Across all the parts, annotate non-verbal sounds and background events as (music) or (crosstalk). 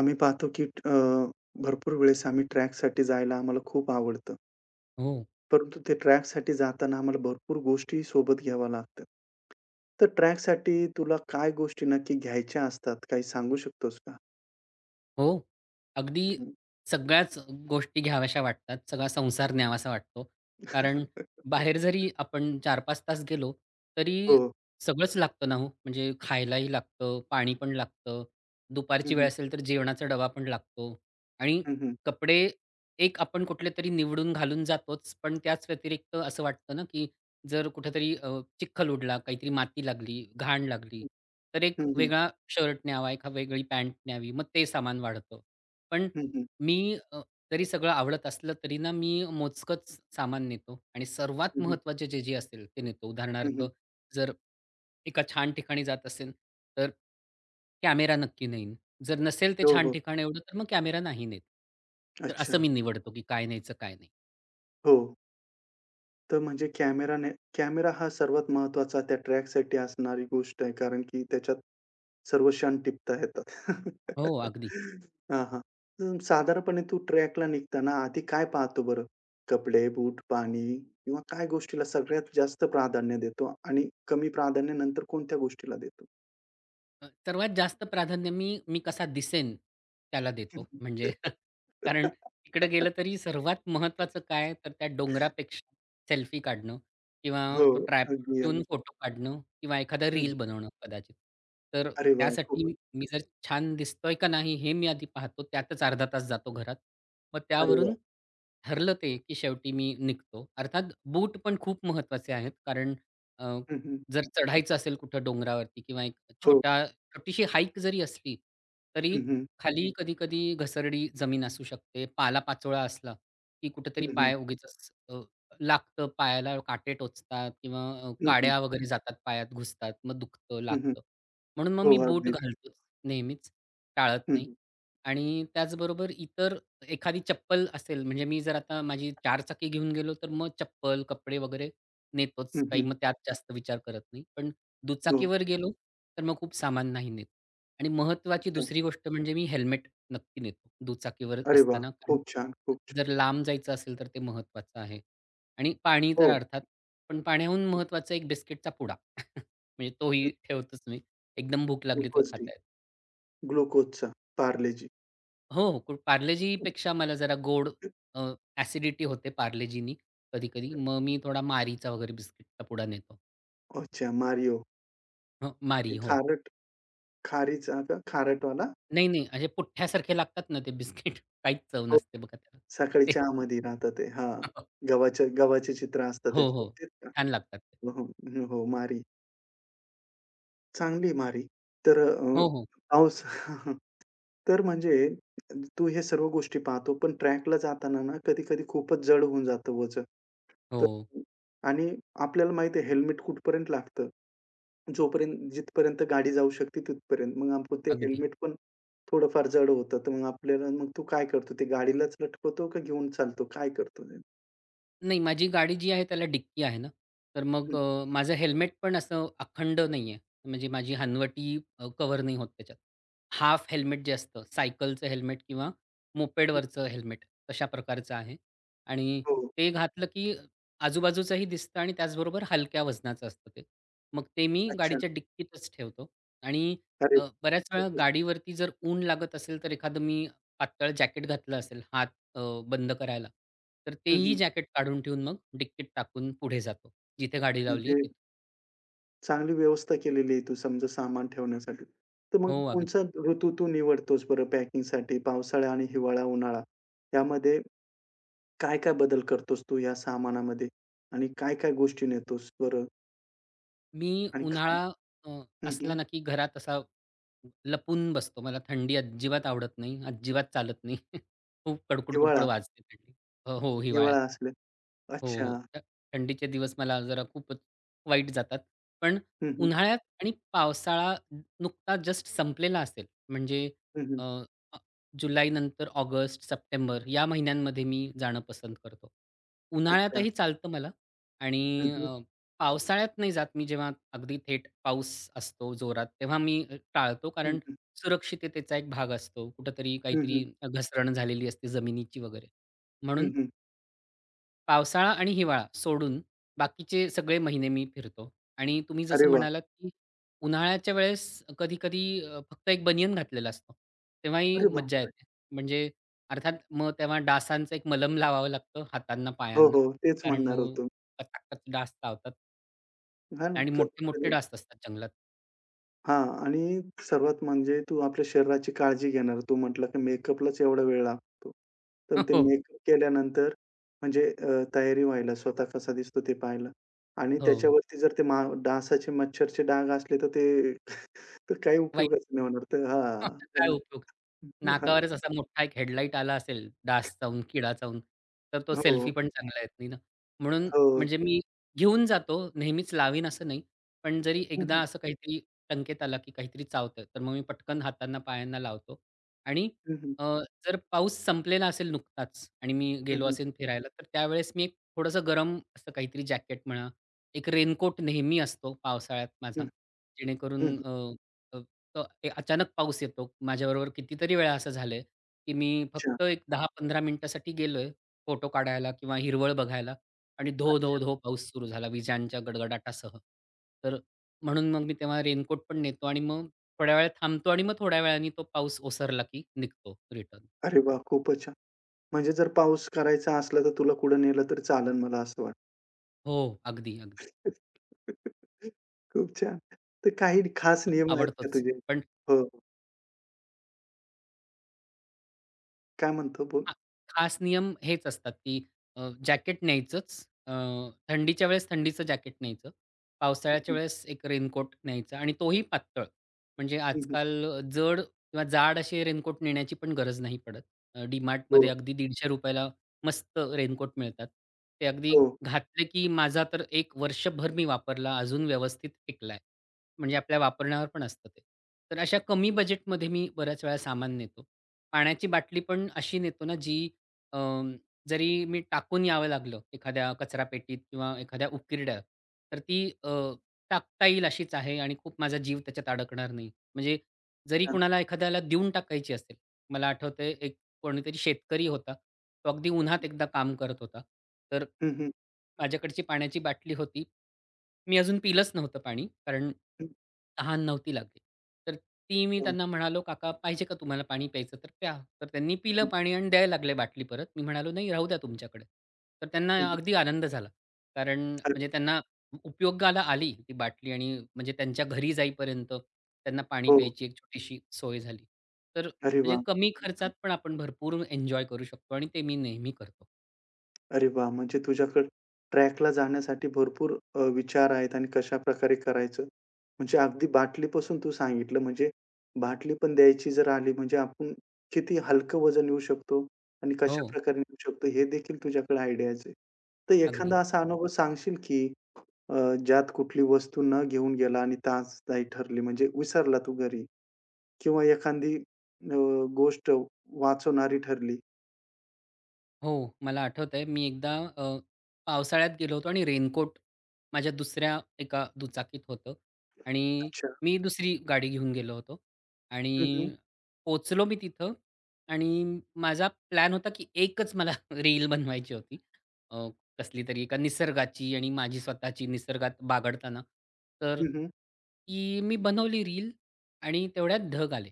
आम्ही पाहतो की भरपूर वेळेस आम्ही ट्रॅकसाठी जायला आम्हाला खूप आवडतं. हो, परंतु ते ट्रॅकसाठी जाताना आम्हाला भरपूर गोष्टी सोबत घ्याव्या लागतात. तर ट्रॅकसाठी तुला काय गोष्टी नक्की घ्यायच्या असतात? काही सांगू शकतोस का? हो. अगदी हं. सगळ्याच गोष्टी घ्याव्याशा वाटतात. सगळा संसार न्यावासा वाटतो. कारण बाहेर (laughs) जरी आपण 4-5 तास गेलो, तरी हो. सगळंच लागतं ना हो. म्हणजे खायलाही लागतं, पाणी पण लागतं, हं, दुपारची वेळ हं. असेल तर जेवणाचा डबा पण लागतो आणि हं, हं. कपडे एक आपण कुठलेतरी निवडून घालून जातोच. पण त्याच व्यतिरिक्त असं वाटतं ना, की जर कुठेतरी चिखल उडला, काहीतरी माती लागली, घाण लागली, तर एक हं, हं. वेगळा शर्ट न्यावा, एक वेगळी पॅन्ट न्यावी. मग ते सामान वाढतं. पण हं, हं. मी अ, जरी सगळं आवडत असलं तरी ना, मी मोजकंच सामान नेतो आणि सर्वात हं, हं. महत्त्वाचे जे असेल ते नेतो. उदाहरणार्थ, हं, जर एका छान ठिकाणी जात असेल, तर कॅमेरा नक्की नेईन. जर नसेल ते हो, छान हो. ठिकाण एवढं, तर मग कॅमेरा नाही नेत. तर असं अच्छा. मी निवडतो, की काय न्यायचं, काय नाही. हो. तर म्हणजे कॅमेरा हा सर्वात महत्वाचा त्या ट्रॅकसाठी असणारी गोष्ट आहे. कारण की त्याच्यात सर्व क्षण टिपता येतात. हो, अगदी. (laughs) हां, हां. साधारणपणे तू ट्रॅकला निघताना आधी काय पाहतो बरं? कपडे, बूट, पाणी किंवा काय गोष्टीला सगळ्यात जास्त प्राधान्य देतो आणि कमी प्राधान्य नंतर कोणत्या गोष्टीला देतो? सर्वात जास्त प्राधान्य मी मी कसा दिसेन त्याला देतो. म्हणजे (laughs) कारण तिकडे गेलं (laughs) तरी सर्वात महत्त्वाचं काय तर त्या डोंगरापेक्षा सेल्फी काढणं किंवा हो. तो ट्रायपॉड अगदी, अगदी. घेऊन फोटो काढणं किंवा एखादा हं, रील बनवणं कदाचित. तर अरे वाह! खूप त्यासाठी मी जर छान दिसतोय का नाही हे मी आधी पाहतो. त्यातच अर्धा तास जातो घरात. मग अरे वाह! त्यावरून ठरलं ते, की शेवटी मी निघतो. अर्थात बूट पण खूप महत्त्वाचे आहेत. कारण अ, हं, जर चढायचं असेल कुठं डोंगरावरती किंवा एक हो. छोटा छोटीशी हाईक जरी असली, तरी हं, हं. खाली कधी-कधी घसरडी जमीन असू शकते. पालापाचोळा असला, की कुठेतरी हं, हं. पाय उगीचच लागतं. पायाला काटे टोचतात किंवा हं, काड्या वगैरे जातात पायात घुसतात. मग दुखतं, लागतं. म्हणून मग हो, मी बूट अगदी. घालतोच नेहमीच, टाळत हं, नाही. हं. आणि त्याचबरोबर इतर एखादी चप्पल असेल म्हणजे मी जर आता माझी चारचाकी घेऊन गेलो, तर मग चप्पल, कपडे वगैरे नेतोच. हं, काही हं. मग त्यात जास्त विचार करत नाही. पण हो. दुचाकीवर गेलो, तर मग खूप सामान नाही नेत. आणि महत्त्वाची अच्छा. दुसरी गोष्ट म्हणजे मी हेल्मेट नक्की नेतो दुचाकीवर अरे वाह! असताना. कारण खूप छान, खूप छान. जर लांब जायचं असेल, तर ते महत्त्वाचं आहे. आणि पाणी तर हो. अर्थात, पण पाण्याहून महत्त्वाचा एक बिस्किटचा पुडा. (laughs) म्हणजे तोही ठेवतोच मी. एकदम भूक लागली तर ग्लुकोज डी, खाता येतं. ग्लुकोजचा, पार्लेजी. हो, हो. पार्लेजीपेक्षा मला जरा गोड ॲसिडिटी होते पार्लेजीनी कधी-कधी. मग मी थोडा मारीचा वगैरे बिस्किटचा पुडा नेतो. अच्छा, Mario. हं, ते मारी. हो. खारट खारीचा का खारटवाला? नाही, नाही. असे पुठ्ठ्यासारखे लागतात ना ते बिस्किट. (laughs) काहीच चव हो. नसते बघा त्याला. सकाळी ते चहामध्ये राहतं ते. हां. (laughs) गव्हाचे चित्र असतं हो, त्याच्यावर. हो. तेच का? छान लागतात ते. हो, हो. हो, Marie. चांगली आहे Marie. तर हो, हो. पाऊस तर म्हणजे तू हे सर्व गोष्टी पाहतो, पण ट्रॅकला जाताना ना, कधी-कधी खूपच जड होऊन जातं वजन. तर हो. आणि आपल्याला माहिती आहे हेल्मेट कुठपर्यंत लागतं. जोपर्यंत जिथपर्यंत गाडी जाऊ शकते तिथपर्यंत. मग आपण ते अगदी. हेल्मेट पण थोडंफार जड होतं. तर मग आपल्याला मग तू काय करतो? ते गाडीलाच लटकवतो का घेऊन चालतो? काय करतो? ते? नाही, माझी गाडी जी आहे त्याला डिक्की आहे ना, तर मग हं. माझं हेल्मेट पण असं अखंड नाही आहे. म्हणजे माझी हनवटी कव्हर नाही होत त्याच्यात. हाफ हेल्मेट जे असतं, सायकलचं हेल्मेट किंवा मोपेडवरचं हेल्मेट तशा प्रकारचं आहे आणि हो. ते घातलं की आजूबाजूचंही दिसतं आणि त्याचबरोबर हलक्या वजनाचं असतं ते. मग ते मी अच्छा. गाडीच्या डिक्कीतच ठेवतो आणि अरे वाह! बऱ्याच वेळा खूपच. गाडीवरती जर ऊन लागत असेल, तर एखादं मी पातळ जॅकेट घातलं असेल, हात अ, बंद करायला. तर हं, तेही हं. जॅकेट काढून ठेवून मग डिक्कीत टाकून पुढे जातो. जिथे गाडी लावली आहे म्हणजे तिथं. चांगली व्यवस्था केलेली आहे तू समजा सामान ठेवण्यासाठी. तर हो, मग कोणचा अगदी. ऋतू तू निवडतोस बरं पॅकिंगसाठी? पावसाळा आणि हिवाळा, उन्हाळा यामध्ये काय-काय बदल करतोस तू या सामानामध्ये? आणि काय-काय गोष्टी नेतोस बरं? मी आणि उन्हाळा अ, हं, हं. असला ना, की घरात असा लपून बसतो. मला थंडी अजिबात आवडत नाही, अजिबात चालत नाही. (laughs) खूप कडकुड-कुडकुड हिवाळा वाजते थंडी. हो, हिवाळ्यात. हिवाळा असले. हो, अच्छा. हो. थंडीचे दिवस मला जरा खूपच वाईट जातात. पण हं, हं. उन्हाळ्यात आणि पावसाळा नुकता जस्ट संपलेला असेल, म्हणजे हं, हं. अ, अ, जुलैनंतर ऑगस्ट, सप्टेंबर या महिन्यांमध्ये मी जाणं पसंत करतो. अच्छा. उन्हाळ्यातही चालतं मला हं, आणि हं. पावसाळ्यात नाही जात मी जेव्हा अगदी थेट पाऊस असतो जोरात, तेव्हा मी टाळतो हं, कारण हं. सुरक्षिततेचा एक भाग असतो. कुठेतरी हं, काहीतरी हं. घसरण झालेली असते जमिनीची वगैरे. हं, म्हणून हं. पावसाळा आणि हिवाळा सोडून बाकीचे सगळे महिने मी फिरतो आणि तुम्ही अरे जसं वाह! म्हणालात, की उन्हाळ्याच्या वेळेस कधी-कधी फक्त एक बनियन घातलेला असतो. तेव्हाही अरे मज्जा बापरे! येते. म्हणजे अर्थात मग तेव्हा डासांचं एक मलम लावावं लागतं हातांना, हो, पायांना. हो. तेच कारण म्हणणार मग होतो. कचाकच डास चावतात. हां ना. आणि मोठे-मोठे कधीतरी डास असतात जंगलात. हां आणि सर्वात म्हणजे तू आपल्या शरीराची काळजी घेणार. तू म्हटला की मेकअपलाच एवढा वेळ लागतो. तर (laughs) ते हो, मेकअप केल्यानंतर म्हणजे तयारी व्हायला, स्वतः कसा दिसतो ते पाहायला आणि हो. त्याच्यावरती जर ते डासाचे, मच्छरचे डाग असले तर ते तर काही वाईट उपयोगाचं नाही होणार. तर हां, (laughs) हां, आहे काय ना. उपयोग? हां. नाकावरच असा मोठा एक हेडलाइट आला असेल, डास चावून, किडा चावून, तर तो सेल्फी हो, पण चांगला येत नाही ना. म्हणून हो. म्हणजे मी घेऊन जातो, नेहमीच लावीन असं नाही. पण जरी हं, एकदा हं. असं काहीतरी संकेत आला, की काहीतरी चावतंय, तर मग मी पटकन हातांना, पायांना लावतो आणि हं, हं. अ, जर पाऊस संपलेला असेल नुकताच आणि मी हं, गेलो हं. असेन फिरायला, तर त्यावेळेस मी एक थोडंसं गरम असं काहीतरी जॅकेट म्हणा, एक रेनकोट नेहमी असतो पावसाळ्यात माझा, हं, जेणेकरून हं, हं. अ, अ, ए अचानक पाऊस येतो. माझ्याबरोबर कितीतरी वेळा असं झालंय, की मी अच्छा, फक्त एक 10-15 मिनिटासाठी गेलोय फोटो काढायला किंवा हिरवळ बघायला आणि धो, अच्छा. धो, धो पाऊस सुरू झाला विजांच्या गडगडाटासह. तर म्हणून मग मी तेव्हा रेनकोट पण नेतो आणि मग थोड्या वेळ थांबतो आणि मग थोड्या वेळाने तो पाऊस ओसरला की निघतो रिटर्न. अरे वाह! खूपच छान. म्हणजे जर पाऊस करायचा असला तर तुला कुठं नेलं तरी चालेल मला असं वाटतं. हो, अगदी, अगदी. खूप छान. तर काही खास नियम आहेत का आवडतोच. तुझे? पण हो, हो. काय म्हणतो? बोल. हां, खास नियम हेच असतात, की जॅकेट न्यायचंच. अ, थंडीच्या वेळेस थंडीचं जॅकेट न्यायचं. हं, पावसाळ्याच्या हं. वेळेस एक रेनकोट न्यायचा आणि तोही पातळ. म्हणजे हं, आजकाल जड किंवा जाड असे रेनकोट नेण्याची पण गरज नाही पडत. DMartमध्ये हो, अगदी 150 ला मस्त रेनकोट मिळतात. ते अगदी हो. घातले, की माझा तर 1 वर्षभर मी वापरला, अजून व्यवस्थित टिकलाय. म्हणजे आपल्या वापरण्यावर पण असतं ते. तर अशा कमी बजेटमध्ये मी बऱ्याच वेळा सामान नेतो. पाण्याची बाटली पण अशी नेतो ना जी अं, जरी मी टाकून यावं लागलं एखाद्या कचरा पेटीत किंवा एखाद्या उकिरड्यात, तर ती टाकता येईल अशीच आहे आणि खूप माझा जीव त्याच्यात अडकणार नाही. म्हणजे जरी हां. कुणाला एखाद्याला देऊन टाकायची असेल, मला आठवतंय कोणीतरी शेतकरी होता. तो अगदी उन्हात एकदा काम करत होता. तर हं, हं. माझ्याकडची पाण्याची बाटली होती. मी अजून पिलंच नव्हतं पाणी, कारण हं. तहान नव्हती लागली. तर ती मी हो, त्यांना म्हणालो, "काका पाहिजे का तुम्हाला पाणी प्यायचं तर प्या." तर त्यांनी पिलं हो. पाणी आणि द्यायला लागले बाटली परत. मी म्हणालो, "नाही राहू द्या तुमच्याकडे." तर हं, त्यांना अगदी हं. आनंद झाला. कारण अरे, म्हणजे त्यांना उपयोगाला आली ती बाटली आणि म्हणजे त्यांच्या घरी जाईपर्यंत त्यांना पाणी हो. प्यायची एक छोटीशी सोय झाली. तर अरे म्हणजे वाह! कमी खूपच छान. खर्चात पण आपण भरपूर एन्जॉय करू शकतो आणि ते मी नेहमी करतो. अरे वाह! म्हणजे तुझ्याकडे ट्रॅकला जाण्यासाठी भरपूर विचार आहेत आणि कशाप्रकारे करायचं. म्हणजे अगदी बाटलीपासून तू सांगितलं म्हणजे बाटली पण द्यायची जर आली म्हणजे आपण किती हलकं वजन नेऊ शकतो आणि हो, कशाप्रकारे नेऊ शकतो हे देखील तुझ्याकडे आयडियाज आहे. तर अगदी. एखादा असा अनुभव सांगशील की ज्यात कुठली वस्तू न घेऊन गेला आणि त्रासदायी ठरली म्हणजे विसरला तू घरी किंवा एखादी गोष्ट वाचवणारी ठरली. हो, मला आठवतंय मी एकदा पावसाळ्यात गेलो होतो आणि रेनकोट माझ्या दुसऱ्या एका दुचाकीत होतं आणि अच्छा. मी दुसरी गाडी घेऊन गेलो होतो हं, हं. आणि पोहोचलो मी तिथं आणि माझा प्लॅन होता, की एकच मला (laughs) रील बनवायची होती. अ, कसलीतरी एका निसर्गाची आणि माझी स्वतःची निसर्गात बागडताना. तर हं, हं. ती मी बनवली रील आणि तेवढ्यात ढग आले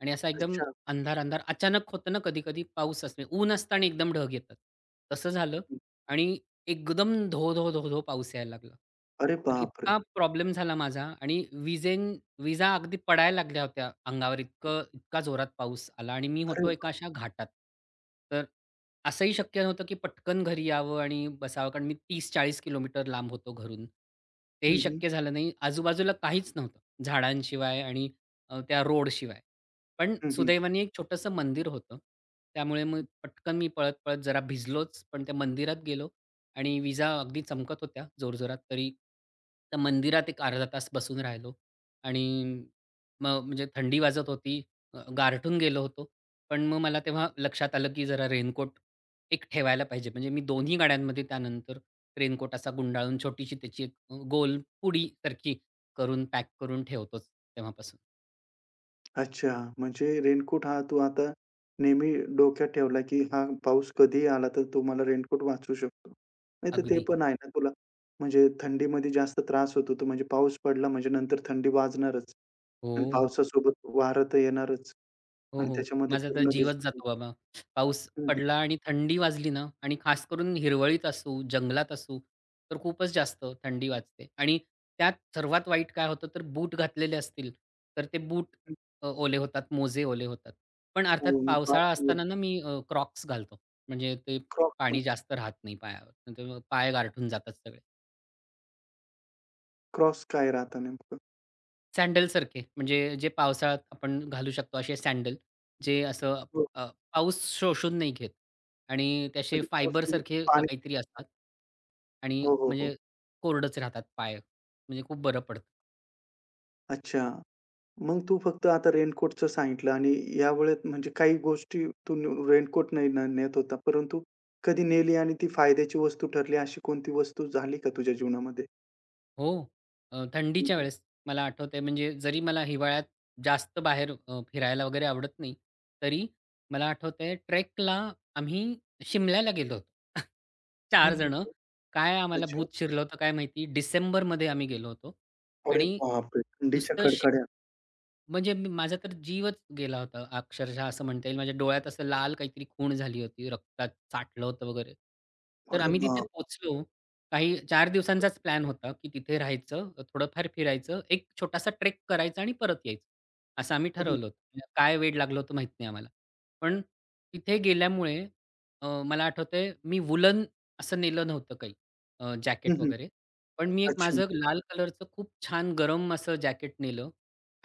आणि असा एकदम अच्छा. अंधार, अंधार. अचानक होतं ना कधी-कधी पाऊस असणे. ऊन असतं एकदम ढग येतात. तसं झालं आणि एकदम धो, धो, धो, धो पाऊस यायला लागला. अरे तर बापरे! इतका प्रॉब्लेम झाला माझा आणि विजा अगदी पडायला लागल्या होत्या अंगावर इतका जोरात पाऊस आला आणि मी अरे होतो एका बाप अशा घाटात. तर असंही शक्य नव्हतं की पटकन घरी यावं आणि बसावं कारण मी 30-40 किलोमीटर लांब होतो घरून. तेही हं, हं. शक्य झालं नाही. आजूबाजूला काहीच नव्हतं झाडांशिवाय आणि त्या रोडशिवाय. पण हं, हं, सुदैवाने एक छोटंसं मंदिर होतं. त्यामुळे मग हं. पटकन मी पळत-पळत जरा भिजलोच, पण त्या मंदिरात गेलो आणि विजा अगदी चमकत होत्या जोरजोरात. तरी त्या मंदिरात एक अर्धा तास बसून राहिलो आणि मग म्हणजे थंडी वाजत होती. गारठून गेलो होतो. पण मग मला तेव्हा लक्षात आलं, की जरा रेनकोट एक ठेवायला पाहिजे. म्हणजे मी दोन्ही गाड्यांमध्ये त्यानंतर रेनकोट असा गुंडाळून छोटीशी त्याची एक गोल पुडीसारखी करून पॅक करून ठेवतोच तेव्हापासून. अच्छा, म्हणजे रेनकोट हा तू आता नेहमी डोक्यात ठेवला, की हा पाऊस कधीही आला तर तो मला रेनकोट वाचवू शकतो. नाहीतर ते अगदी. पण आहे ना तुला म्हणजे थंडीमध्ये जास्त त्रास होतो तो म्हणजे पाऊस पडला म्हणजे नंतर थंडी वाजणारच आणि हो. पावसासोबत वारं तर येणारच हो, आणि हो. त्याच्यामध्ये माझा तर पूर्ण जीवच भिजलं जातो बाबा. पाऊस हं, हं, पडला आणि थंडी वाजली ना आणि खास करून हिरवळीत असू, जंगलात असू, तर खूपच जास्त थंडी वाजते आणि त्यात सर्वात वाईट काय होतं, तर बूट घातलेले असतील, तर ते बूट हं. ओले होतात, मोजे ओले होतात. पण अर्थात हो, मग पावसाळा असताना ना मी क्रॉक्स घालतो. म्हणजे ते क्रॉप क्रॉप पाणी जास्त राहत नाही पायावर. नाहीतर मग पाय गारठून जातात सगळे. क्रॉस काय राहतं नेमकं? सँडलसारखे म्हणजे जे पावसाळ्यात आपण घालू शकतो असे सँडल, जे असं हो, अ, पाऊस शोषून नाही घेत आणि त्याचे म्हणजे पाऊस फायबरसारखे का पाणी काहीतरी असतात आणि हो, हो, हो. म्हणजे कोरडच राहतात पाय. म्हणजे खूप बरं पडतं. अच्छा. मग तू फक्त आता रेनकोटचं सांगितलं आणि यावेळेस म्हणजे काही गोष्टी तू रेनकोट नाही नेत होता, परंतु कधी नेली आणि ती फायद्याची वस्तू ठरली, अशी कोणती वस्तू झाली का तुझ्या जीवनामध्ये? हो. हं, थंडीच्या हं. वेळेस मला आठवतंय म्हणजे जरी मला हिवाळ्यात जास्त बाहेर फिरायला वगैरे आवडत नाही, तरी मला आठवतंय ट्रेकला आम्ही शिमल्याला गेलो होतो. (laughs) 4 जणं. काय आम्हाला अच्छा. भूत शिरलं होतं काय माहिती? डिसेंबरमध्ये आम्ही गेलो होतो अरे आणि बापरे! थंडीच्या नुसतं कडकड्यात. म्हणजे मी माझा तर जीवच गेला होता अक्षरशः असं म्हणता येईल. माझ्या डोळ्यात असं लाल काहीतरी खूण झाली होती. रक्तात साठलं होतं वगैरे. तर अरे आम्ही तिथे बाप! पोहोचलो. काही 4 दिवसांचाच प्लॅन होता, की तिथे राहायचं, थोडंफार फिरायचं, एक छोटासा ट्रेक करायचा आणि परत यायचं. असं आम्ही हं, हं. ठरवलं होतं. म्हणजे काय वेड लागलं होतं माहीत नाही आम्हाला. पण तिथे गेल्यामुळे मला आठवतंय मी वूलन असं नेलं नव्हतं काही जॅकेट हं, वगैरे. पण मी एक अच्छा. माझं लाल कलरचं खूप छान गरम असं जॅकेट नेलं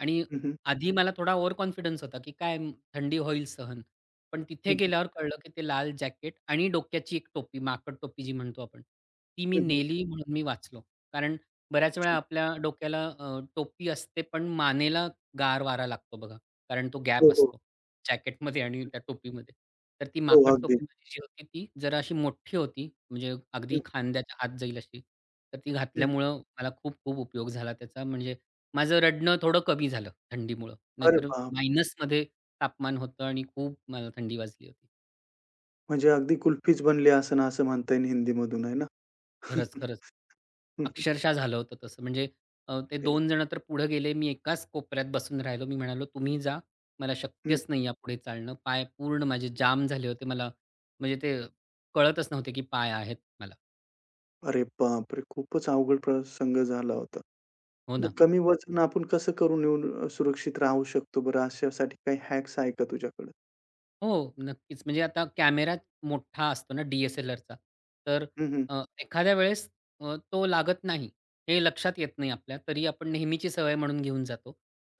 आणि हं, हं. आधी मला थोडा ओव्हर कॉन्फिडन्स होता, की थंडी होईल सहन. पण तिथे हं, गेल्यावर कळलं, की ते लाल जॅकेट आणि डोक्याची एक टोपी, माकड टोपी जी म्हणतो आपण, ती मी नेली म्हणून मी वाचलो. कारण बऱ्याच वेळा अच्छा. आपल्या डोक्याला टोपी असते, पण मानेला गार वारा लागतो बघा, कारण तो हो, गॅप हो. असतो जॅकेटमध्ये आणि त्या टोपीमध्ये. तर ती हो, माकड अगदी. टोपी माझी जी होती, ती जरा अशी मोठी होती, म्हणजे अगदी हं, खांद्याच्या आत जाईल अशी. तर ती हं. घातल्यामुळं मला खूप-खूप उपयोग झाला त्याचा. म्हणजे माझं रडणं थोडं कमी झालं थंडीमुळं. अरे नाहीतर बाप! मायनसमध्ये तापमान होतं आणि खूप मला थंडी वाजली होती. म्हणजे अगदी कुल्फीच बनली असेल असं म्हणता येईल हिंदीमधून आहे ना? खरंच, (laughs) खरंच. हं, अक्षरशः झालं होतं तसं. म्हणजे ते 2 जण तर पुढे गेले. मी एकाच कोपऱ्यात बसून राहिलो. मी म्हणालो, "तुम्ही जा. मला शक्यच नाही यापुढे चालणं." पाय पूर्ण माझे जाम झाले होते. मला म्हणजे ते कळतच नव्हते, की पाय आहेत मला. अरे बापरे! खूपच अवघड प्रसंग झाला होता. हो मग ना. कमी वजन आपण कसं करून येऊन सुरक्षित राहू शकतो बरं? अशासाठी काही हॅक्स आहे का तुझ्याकडे? हो, नक्कीच. म्हणजे आता कॅमेरा मोठा असतो ना डी-एस-एल-आरचा. तर हं, हं. एखाद्या वेळेस तो लागत नाही, हे लक्षात येत नाही आपल्या. तरी आपण नेहमीची सवय म्हणून घेऊन जातो.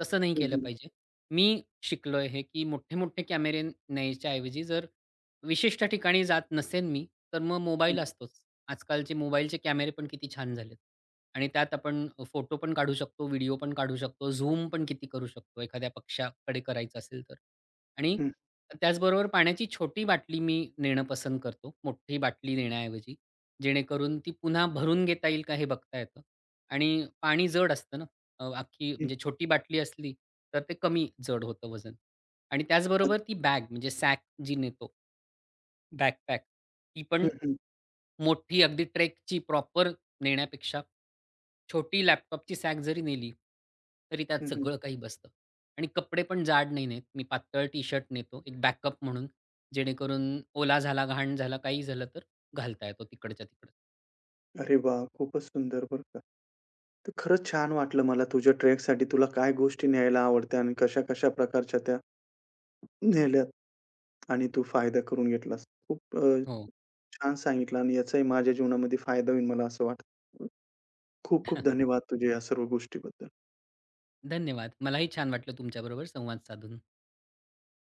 तसं नाही हं, केलं हं. पाहिजे. मी शिकलोय हे, की मोठे-मोठे कॅमेरे न्यायच्या ऐवजी जर विशिष्ट ठिकाणी जात नसेन मी, तर मग हं, मोबाईल असतोच. आजकालचे मोबाईलचे कॅमेरे पण किती छान झालेत. आणि त्यात आपण फोटो पण काढू शकतो, व्हिडिओ पण काढू शकतो, झूम पण किती करू शकतो एखाद्या पक्षाकडे करायचं असेल तर. आणि हं, त्याचबरोबर पाण्याची छोटी बाटली मी नेणं पसंत करतो, मोठी बाटली नेण्याऐवजी. जेणेकरून ती पुन्हा भरून घेता येईल का हे बघता येतं आणि पाणी जड असतं ना, अख्खी हं. म्हणजे छोटी बाटली असली तर ते कमी जड होतं वजन आणि अ, त्याचबरोबर ती बॅग म्हणजे सॅक जी नेतो, बॅकपॅक, ती पण हं, हं. मोठी अगदी ट्रेकची प्रॉपर नेण्यापेक्षा, छोटी लॅपटॉपची सॅक जरी नेली, तरी त्यात हं, हं. सगळं काही बसतं. आणि कपडे पण जाड नाही नेत. मी पातळ टी-शर्ट नेतो एक बॅकअप म्हणून, जेणेकरून ओला झाला, घाण झाला, काही झालं तर घालता येतो तिकडच्या तिकडं. अरे वाह! खूपच सुंदर बरं का. तर खरंच छान वाटलं मला तुझ्या ट्रेकसाठी तुला काय गोष्टी न्यायला आवडत्या आणि कशा-कशा प्रकारच्या त्या नेल्यात आणि तू फायदा करून घेतलास. खूप हो. छान सांगितलं आणि याचाही माझ्या जीवनामध्ये फायदा होईल मला असं वाटतं. खूप खूप (laughs) धन्यवाद तुझे या सर्व गोष्टीबद्दल. धन्यवाद. मलाही छान वाटलं तुमच्याबरोबर संवाद साधून.